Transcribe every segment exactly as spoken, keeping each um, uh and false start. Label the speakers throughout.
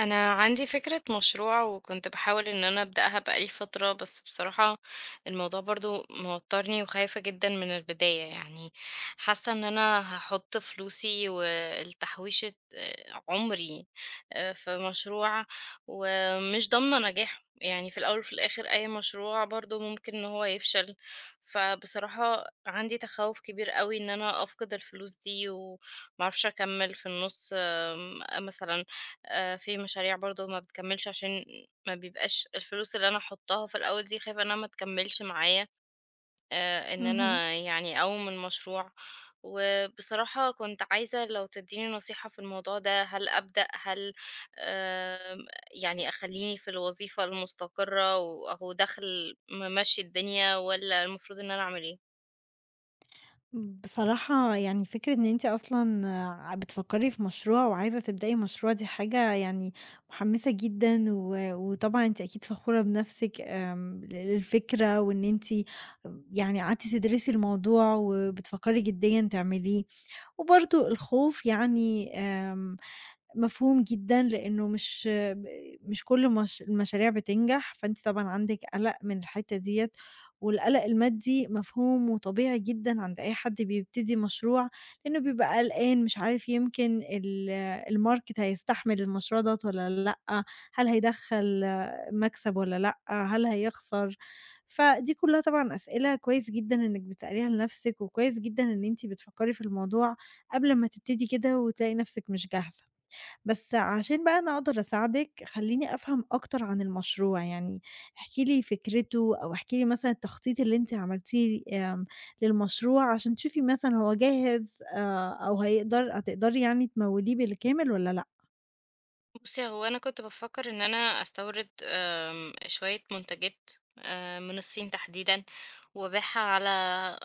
Speaker 1: انا عندي فكرة مشروع وكنت بحاول ان انا ابدأها بقالي فترة، بس بصراحة الموضوع برضو موترني وخايفة جدا من البداية. يعني حاسة ان انا هحط فلوسي والتحويشة آه، عمري آه، في مشروع ومش ضامنة نجاحه. يعني في الاول وفي الاخر اي مشروع برضو ممكن ان هو يفشل. فبصراحة عندي تخوف كبير قوي ان انا افقد الفلوس دي ومعرفش اكمل في النص. آم، مثلا آآ في مشاريع برضه ما بتكمّلش، عشان ما بيبقاش الفلوس اللي أنا أحطّها في الأول دي، خايفة إنها ما تكمّلش معايا، آآ إن
Speaker 2: اهم.
Speaker 1: أنا يعني أقوم المشروع. وبصراحة كنت عايزة لو تدّيني نصيحة في الموضوع ده. هل أبدأ، هل آمم يعني أخلّيني في الوظيفة المستقرة وأهو دَخْل ممشّي الدنيا، والّا المفروض إن أنا أعمل إيه؟
Speaker 2: بصراحة يعني فكرة إن أنتِ أصلًا ع بتفكّري في مشروع وعايزة تبدئي مشروع دي حاجة يعني محمّسة جدًا و وطبعًا أنتِ أكيد فخورة بنفسِك آمم ل للفكرة وإن أنتِ يعني قعدتِ تدرسي الموضوع وبتفكّري جديًا تعمليه، وبرضه الخوف يعني آمم مفهوم جدًا، لإنه مش ب مش كل مش المشاريع بتنجح، فأنتِ طبعًا عندِك قلق من الحتّة ديّة، والقلق المادي مفهوم وطبيعي جدًا عند أي حد بيبتدي مشروع، لإنه بيبقى قلقان مش عارف يمكن ال الmarket هيستحمل المشروع دوّة والّا لأ، هل هيدخّل مكسب والّا لأ، هل هيخسر؟ فدي كلّها طبعًا أسئلة كويس جدًا إنِّك بتسأليها لنَفْسِك، وكويس جدًا إن أنتِ بتفكّري في الموضوع قبل ما تبتدي كده وتلاقي نَفْسِك مش جاهزة. بس عشان بقى أنا أقدر أساعدِك، خلّيني أفهم أكتر عن المشروع، يعني احكي لي فكرته أو احكي لي مثلًا التخطيط اللي أنتِ عملتيه، آمم، للمشروع عشان تشوفي مثلًا هو جاهز، آآ، أو هيقدر هتقدري يعني تموّليه بالكامل والّا لأ؟
Speaker 1: بُصّي، هو أنا كنت بافكّر إن أنا أستورد آمم، شوية منتجات آآ، من الصين تحديدًا وأبيعها على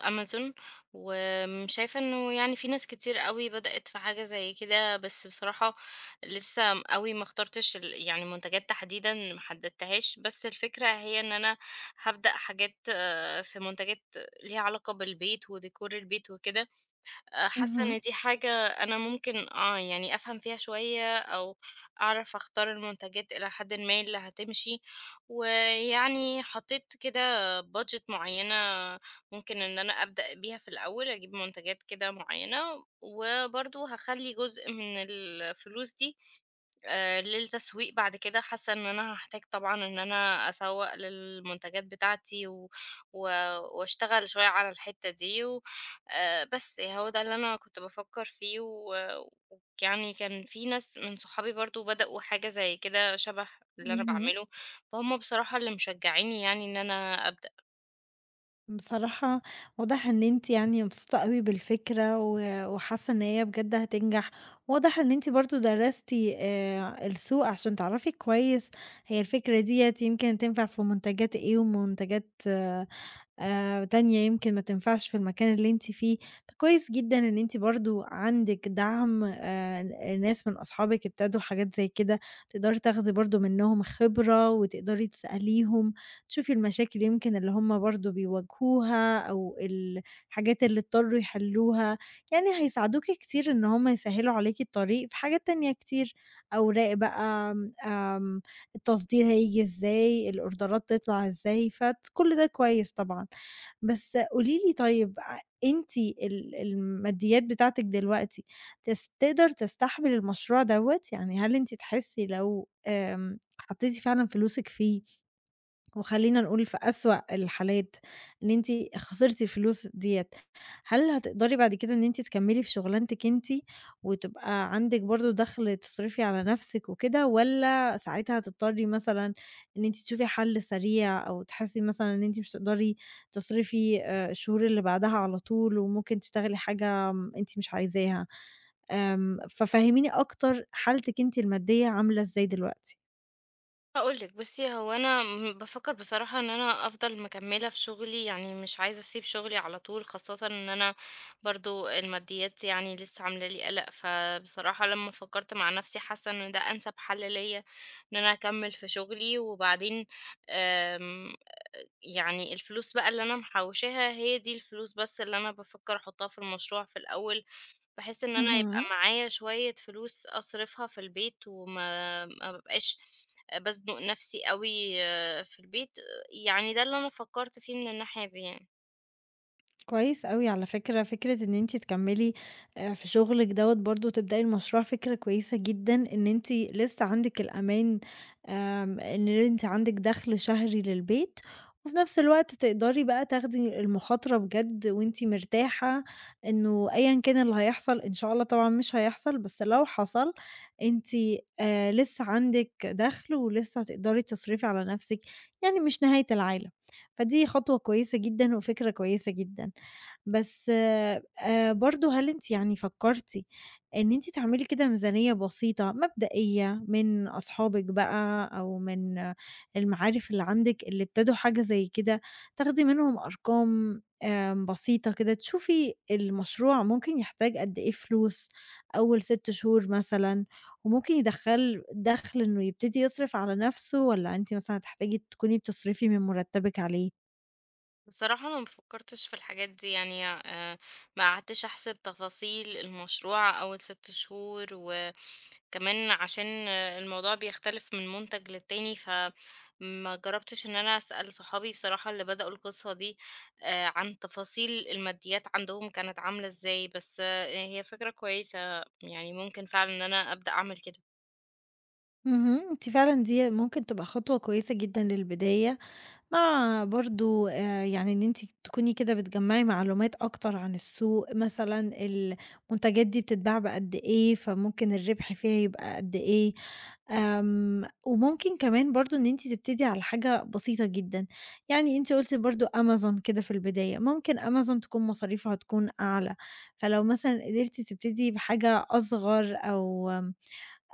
Speaker 1: أمازون، وآمم، شايفة إنه يعني في ناس كتير أوي بدأت في حاجة زي كده. بس بصراحة لسه م أوي ما اخترتش ال يعني منتجات تحديدًا، ما حددتهاش. بس الفكرة هي إن أنا هابدأ حاجات، آه، في منتجات ليها علاقة بالبيت وديكور البيت وكده. آآ، حاسة
Speaker 2: اهم،
Speaker 1: إن دي حاجة أنا ممكن آه، يعني أفهم فيها شوية، أو أعرف أختار المنتجات إلى حدٍ ما اللي هتمشي. ويعني حطيت كده budget معينة ممكن إن أنا أبدأ بيها في الأول، أجيب منتجات كده معينة، وبرضه هاخلّي جزء من الفلوس دي آآ للتسويق بعد كده. حاسة إن أنا هاحتاج طبعًا إن أنا أسوّق للمنتجات بتاعتي و و واشتغل شوية على الحتّة دي و آآ بس يعني هو ده اللي أنا كنت بافكّر فيه. و ويعني كان في ناس من صحابي برضه بدأوا حاجة زي كده، شَبه اللي أنا
Speaker 2: اهم.
Speaker 1: باعمله، فهُم بصراحة اللي مشجعينّي يعني إن أنا أبدأ.
Speaker 2: بصراحة واضح ان انت يعني مبسوطة قوي بالفكرة و- وحاسة ان هي بجد هتنجح. واضح ان انت برضو درستي، آه، السوق عشان تعرفي كويس هي الفكرة ديت يمكن تنفع في منتجات ايه ومنتجات آآ تانية يمكن ما تنفعش في المكان اللي أنتِ فيه، فكويس جدًا إن أنتِ برضه عندِك دعم آآ ن ناس من أصحابِك ابتدوا حاجات زي كده، تقدري تاخدي برضه منّهم خبرة وتقدري تسأليهم، تشوفي المشاكل يمكن اللي هم برضه بيواجهوها أو الحاجات اللي اضطروا يحلّوها، يعني هيساعدوكِ كتير إن هم يسهّلوا عليكِ الطريق في حاجات تانية كتير، أوراق بقى، آمم التصدير هييجي إزاي، الأوردرات تطلع إزاي، فت كل ده كويس طبعًا. بس قولي لي طيب، ع أنتِ ال الماديات بتاعتِك دلوقتي تس تقدر تستحمل المشروع دوّة؟ يعني هل أنتِ تحسي لو آمم، حطيتِ فعلًا فلوسِك فيه وخلّينا نقول في أسوأ الحالات إن أنتِ خسرتِ الفلوس ديّة، هل هتقدري بعد كده إن أنتِ تكمّلي في شغلانتِك أنتِ وتبقى عندِك برضه دخْل تصرفي على نَفْسِك وكده والّا ساعتها هتضطرّي مثلًا إن أنتِ تشوفي حَل سريع أو تحسّي مثلًا إن أنتِ مش هتقدري تصرفي آآ الشهور اللي بعدها على طول وممكن تشتغلي حاجة م أنتِ مش عايزاها؟ آمم، ففهّميني أكتر حالتِك أنتِ المادية عاملة إزاي دلوقتي؟
Speaker 1: هاقول لِك، بُصّي، هو أنا م بافكّر بصراحة إن أنا أفضل مكمّلة في شغلي، يعني مش عايزة أسيب شغلي على طول، خاصةً إن أنا برضه الماديات يعني لسه عاملة لي قَلَق. فبصراحة لمّا فكّرت مع نَفْسي حاسّة إن ده أنسب حَل ليّا، إن أنا أكمّل في شغلي وبعدين آمم، يعني الفلوس بقى اللي أنا محوّشاها هي دي الفلوس بس اللي أنا بافكّر أحُطّها في المشروع في الأول، بحيث إن أنا يبقى
Speaker 2: اهم.
Speaker 1: معايا شوية فلوس أصرفها في البيت، وما ما بابقاش بازنق نفسي أوي في البيت. يعني ده اللي أنا فكّرت فيه من الناحية دي يعني.
Speaker 2: كويس أوي على فكرة، فكرة إن أنتِ تكمّلي آآ في شغلِك دوّة برضه تبدئي المشروع فكرة كويسة جدًا، إن أنتِ لسه عندِك الأمان، آمم إن أنتِ عندِك دخل شهري للبيت، وفي نفس الوقت تقدري بقى تاخدي المخاطرة بجد وأنتِ مرتاحة إنه أيًا كان اللي هيحصل إن شاء الله طبعًا مش هيحصل، بس لو حصل أنتِ آآ لسه عندِك دخل ولسه هتقدري تصرفي على نفسِك، يعني مش نهاية العالم. فدي خطوة كويسة جدًا وفكرة كويسة جدًا. بس آآ برضه هل أنتِ يعني فكرتِ إن أنتِ تعملي كده ميزانية بسيطة مبدئية من أصحابِك بقى أو من، آه، المعارف اللي عندِك اللي ابتدوا حاجة زي كده، تاخدي منهم أرقام آمم بسيطة كده، تشوفي المشروع ممكن يحتاج قد إيه فلوس أول ستة شهور مثلًا، وممكن يدخّل دخل إنه يبتدي يصرف على نفسه والّا أنتِ مثلًا هتحتاجي تكوني بتصرفي من مرتبِك عليه؟
Speaker 1: بصراحة أنا ما فكّرتش في الحاجات دي، يعني آآ، ما قعدتش أحسب تفاصيل المشروع أول ست شهور، و كمان عشان الموضوع بيختلف من منتج للتاني، فما جربتش ان انا اسأل صحابي بصراحة اللي بدأوا القصة دي آه، عن تفاصيل الماديات عندهم كانت عاملة ازاي. بس آه، هي فكرة كويسة، يعني ممكن فعلا ان انا أبدأ اعمل كده.
Speaker 2: اهم، أنتِ فعلًا دي ممكن تبقى خطوة كويسة جدًا للبداية، مع برضه آآ يعني إن أنتِ تكوني كده بتجمّعي معلومات أكتر عن السوق، مثلًا المنتجات دي بتتباع بقد إيه، فممكن الربح فيها يبقى قد إيه، آمم، وممكن كمان برضه إن أنتِ تبتدي على حاجة بسيطة جدًا، يعني أنتِ قُلتِ برضه Amazon كده في البداية، ممكن Amazon تكون مصاريفها تكون أعلى، فلو مثلًا قدرتِ تبتدي بحاجة أصغر أو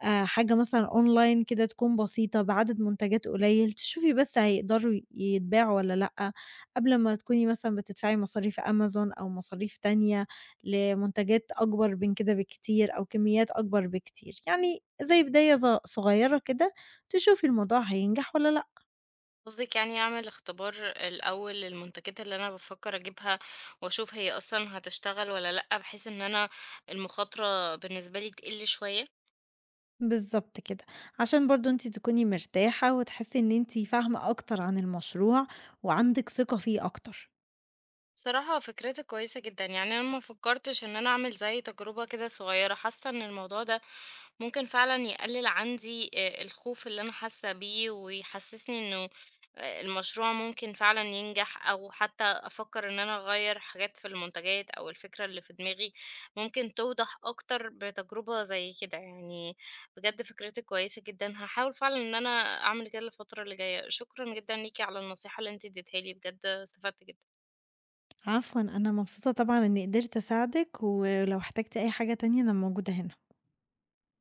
Speaker 2: آآ حاجة مثلًا online كده تكون بسيطة بعدد منتجات قليل، تشوفي بس هيقدروا ي- يتباعوا والّا لأ، قبل ما تكوني مثلًا بتدفعي مصاريف أمازون أو مصاريف تانية لمنتجات أكبر من كده بكتير أو كميات أكبر بكتير، يعني زي بداية ز صغيرة كده تشوفي الموضوع هينجح والّا لأ.
Speaker 1: قصدك يعني اعمل اختبار الاول للمنتجات اللي انا بفكر اجيبها واشوف هي اصلا هتشتغل ولا لأ، بحيث ان انا المخاطرة بالنسبة لي تقل شوية.
Speaker 2: بالضبط كده، عشان برضه أنتِ تكوني مرتاحة وتحسي إن أنتِ فاهمة أكتر عن المشروع وعندِك ثقة فيه أكتر.
Speaker 1: بصراحة فكرتك كويسة جدًا، يعني أنا ما فكّرتش إن أنا أعمل زي تجربة كده صغيّرة. حاسة إن الموضوع ده ممكن فعلًا يقلل عندي آآ الخوف اللي أنا حاسة بيه، ويحسسني إنه آآ المشروع ممكن فعلًا ينجح، أو حتى أفكّر إن أنا أغيّر حاجات في المنتجات، أو الفكرة اللي في دماغي ممكن توضح أكتر بتجربة زي كده. يعني بجد فكرتِك كويسة جدًا، هاحاول فعلًا إن أنا أعمل كده الفترة اللي جاية. شكرًا جدًا ليكِ على النصيحة اللي أنتِ اديتيها لي، بجد استفدت جدًا.
Speaker 2: عفوًا، أنا مبسوطة طبعًا إني قدرت أساعدك، ولو احتجتِ أي حاجة تانية أنا موجودة هنا.